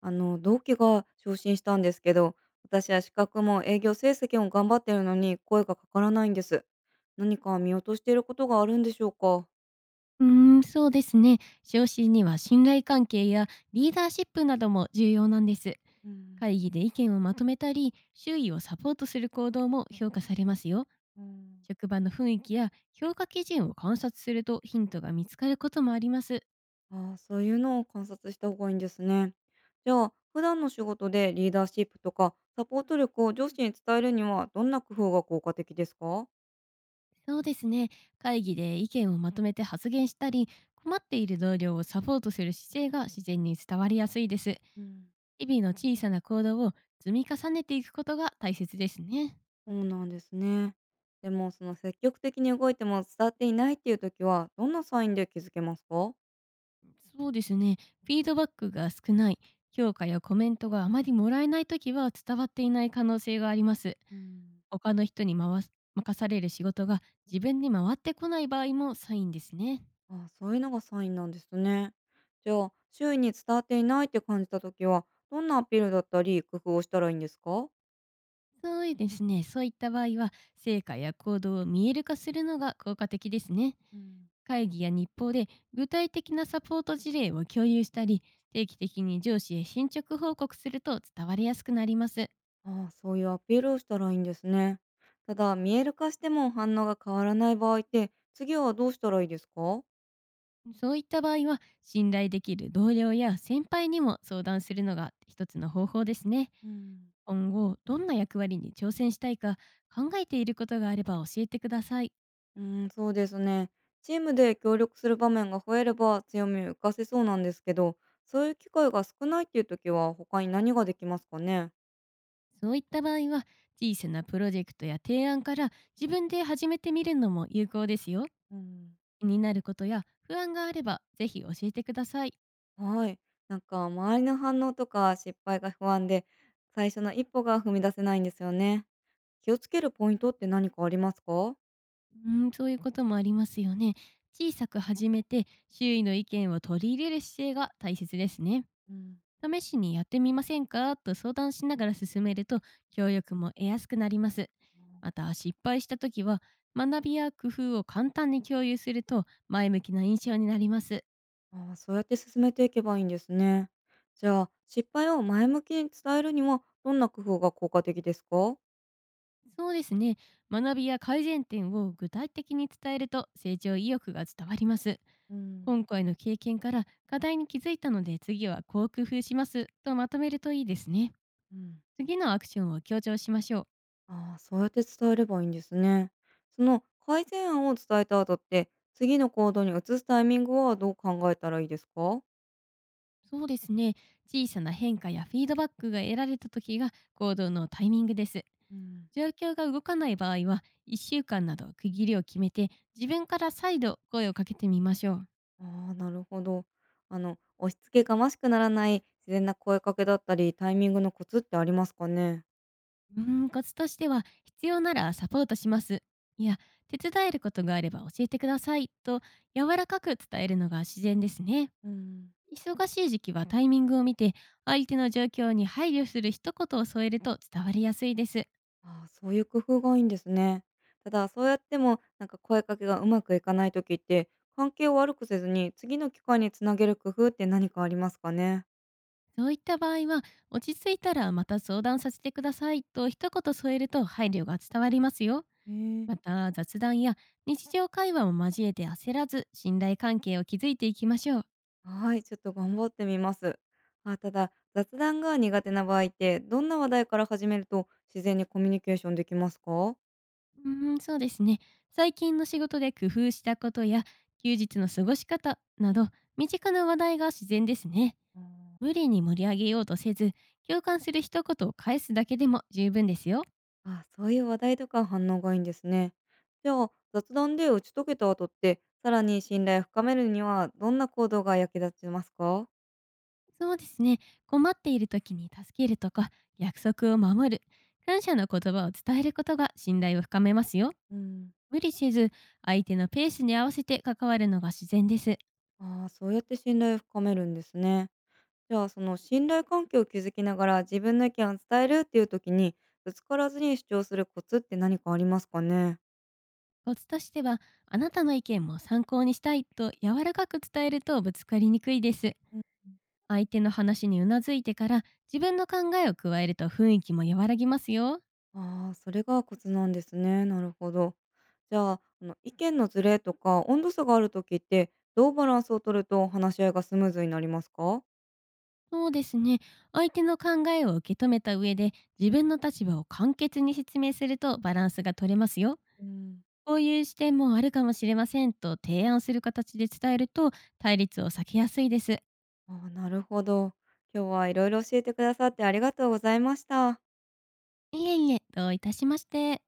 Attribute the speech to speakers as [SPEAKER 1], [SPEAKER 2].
[SPEAKER 1] あの同期が昇進したんですけど、私は資格も営業成績も頑張ってるのに声がかからないんです。何か見落としていることがあるんでしょうか。
[SPEAKER 2] うーん、そうですね。昇進には信頼関係やリーダーシップなども重要なんです。
[SPEAKER 1] うん、
[SPEAKER 2] 会議で意見をまとめたり、周囲をサポートする行動も評価されますよ。
[SPEAKER 1] うん。
[SPEAKER 2] 職場の雰囲気や評価基準を観察するとヒントが見つかることもあります。
[SPEAKER 1] ああ、そういうのを観察した方がいいんですね。じゃあ普段の仕事でリーダーシップとかサポート力を上司に伝えるには、どんな工夫が効果的ですか？
[SPEAKER 2] そうですね。会議で意見をまとめて発言したり、困っている同僚をサポートする姿勢が自然に伝わりやすいです。
[SPEAKER 1] うん。
[SPEAKER 2] 日々の小さな行動を積み重ねていくことが大切ですね。
[SPEAKER 1] そうなんですね。でもその積極的に動いても伝わっていないっていう時は、どんなサインで気づけますか？
[SPEAKER 2] そうですね。フィードバックが少ない、評価やコメントがあまりもらえないときは伝わっていない可能性があります。
[SPEAKER 1] うん。
[SPEAKER 2] 他の人に回す任される仕事が自分に回ってこない場合もサインですね。
[SPEAKER 1] あ、そういうのがサインなんですね。じゃあ、周囲に伝わっていないって感じた時は、どんなアピールだったり工夫をしたらいいんですか？
[SPEAKER 2] そうですね。そういった場合は、成果や行動を見える化するのが効果的ですね。
[SPEAKER 1] うん、
[SPEAKER 2] 会議や日報で具体的なサポート事例を共有したり、定期的に上司へ進捗報告すると伝わりやすくなります。
[SPEAKER 1] ああ、そういうアピールをしたらいいんですね。ただ、見える化しても反応が変わらない場合って、次はどうしたらいいですか？
[SPEAKER 2] そういった場合は信頼できる同僚や先輩にも相談するのが一つの方法ですね。
[SPEAKER 1] うん。
[SPEAKER 2] 今後どんな役割に挑戦したいか考えていることがあれば教えてください。
[SPEAKER 1] うーん、そうですね。チームで協力する場面が増えれば強みを浮かせそうなんですけど、そういう機会が少ないっていう時は、他に何ができますかね？
[SPEAKER 2] そういった場合は小さなプロジェクトや提案から自分で始めてみるのも有効ですよ。
[SPEAKER 1] うん。
[SPEAKER 2] 気になることや不安があればぜひ教えてください。
[SPEAKER 1] はい。なんか周りの反応とか失敗が不安で、最初の一歩が踏み出せないんですよね。気をつけるポイントって何かありますか？
[SPEAKER 2] うーん、そういうこともありますよね。小さく始めて周囲の意見を取り入れる姿勢が大切ですね。
[SPEAKER 1] うん。
[SPEAKER 2] 試しにやってみませんかと相談しながら進めると協力も得やすくなります。また失敗した時は学びや工夫を簡単に共有すると前向きな印象になります。
[SPEAKER 1] ああ、そうやって進めていけばいいんですね。じゃあ、失敗を前向きに伝えるには、どんな工夫が効果的ですか？
[SPEAKER 2] そうですね。学びや改善点を具体的に伝えると成長意欲が伝わります。
[SPEAKER 1] うん、
[SPEAKER 2] 今回の経験から課題に気づいたので次はこう工夫しますとまとめるといいですね。
[SPEAKER 1] うん。
[SPEAKER 2] 次のアクションを強調しましょう。
[SPEAKER 1] ああ、そうやって伝えればいいんですね。その改善案を伝えた後って、次の行動に移すタイミングはどう考えたらいいですか？
[SPEAKER 2] そうですね。小さな変化やフィードバックが得られた時が行動のタイミングです。
[SPEAKER 1] うん。
[SPEAKER 2] 状況が動かない場合は、1週間など区切りを決めて、自分から再度声をかけてみましょう。
[SPEAKER 1] ああ、なるほど。あの、押し付けがましくならない自然な声かけだったり、タイミングのコツってありますかね？
[SPEAKER 2] うーん、コツとしては、必要ならサポートします。いや、手伝えることがあれば教えてくださいと柔らかく伝えるのが自然ですね。
[SPEAKER 1] うん。
[SPEAKER 2] 忙しい時期はタイミングを見て、相手の状況に配慮する一言を添えると伝わりやすいです。
[SPEAKER 1] ああ、そういう工夫がいいんですね。ただ、そうやっても、なんか声かけがうまくいかない時って、関係を悪くせずに、次の機会につなげる工夫って何かありますかね？
[SPEAKER 2] そういった場合は、落ち着いたらまた相談させてくださいと一言添えると配慮が伝わりますよ。
[SPEAKER 1] え
[SPEAKER 2] ま
[SPEAKER 1] え。
[SPEAKER 2] た雑談や日常会話も交えて焦らず信頼関係を築いていきましょう。
[SPEAKER 1] はい、ちょっと頑張ってみます。あ、ただ、雑談が苦手な場合って、どんな話題から始めると自然にコミュニケーションできますか？
[SPEAKER 2] うーん、そうですね。最近の仕事で工夫したことや休日の過ごし方など身近な話題が自然ですね。
[SPEAKER 1] ああ。
[SPEAKER 2] 無理に盛り上げようとせず、共感する一言を返すだけでも十分ですよ。
[SPEAKER 1] あ、そういう話題とか反応がいいんですね。じゃあ、雑談で打ち解けた後って、さらに信頼を深めるには、どんな行動が役立ちますか？
[SPEAKER 2] そうですね。困っている時に助けるとか、約束を守る、感謝の言葉を伝えることが信頼を深めますよ。
[SPEAKER 1] うん。
[SPEAKER 2] 無理せず、相手のペースに合わせて関わるのが自然です。
[SPEAKER 1] ああ、そうやって信頼を深めるんですね。じゃあ、その信頼関係を築きながら自分の意見を伝えるっていう時に、ぶつからずに主張するコツって何かありますかね？
[SPEAKER 2] コツとしては、あなたの意見も参考にしたいと柔らかく伝えるとぶつかりにくいです。
[SPEAKER 1] うん。
[SPEAKER 2] 相手の話にうなずいてから自分の考えを加えると雰囲気も和らぎますよ。
[SPEAKER 1] ああ、それがコツなんですね。なるほど。じゃあ、あの意見のズレとか温度差がある時って、どうバランスを取ると話し合いがスムーズになりますか？
[SPEAKER 2] そうですね。相手の考えを受け止めた上で自分の立場を簡潔に説明するとバランスが取れますよ。
[SPEAKER 1] うん。
[SPEAKER 2] こういう視点もあるかもしれませんと提案する形で伝えると対立を避けやすいです。
[SPEAKER 1] ああ、なるほど。今日はいろいろ教えてくださって、ありがとうございました。
[SPEAKER 2] いえいえ、どういたしまして。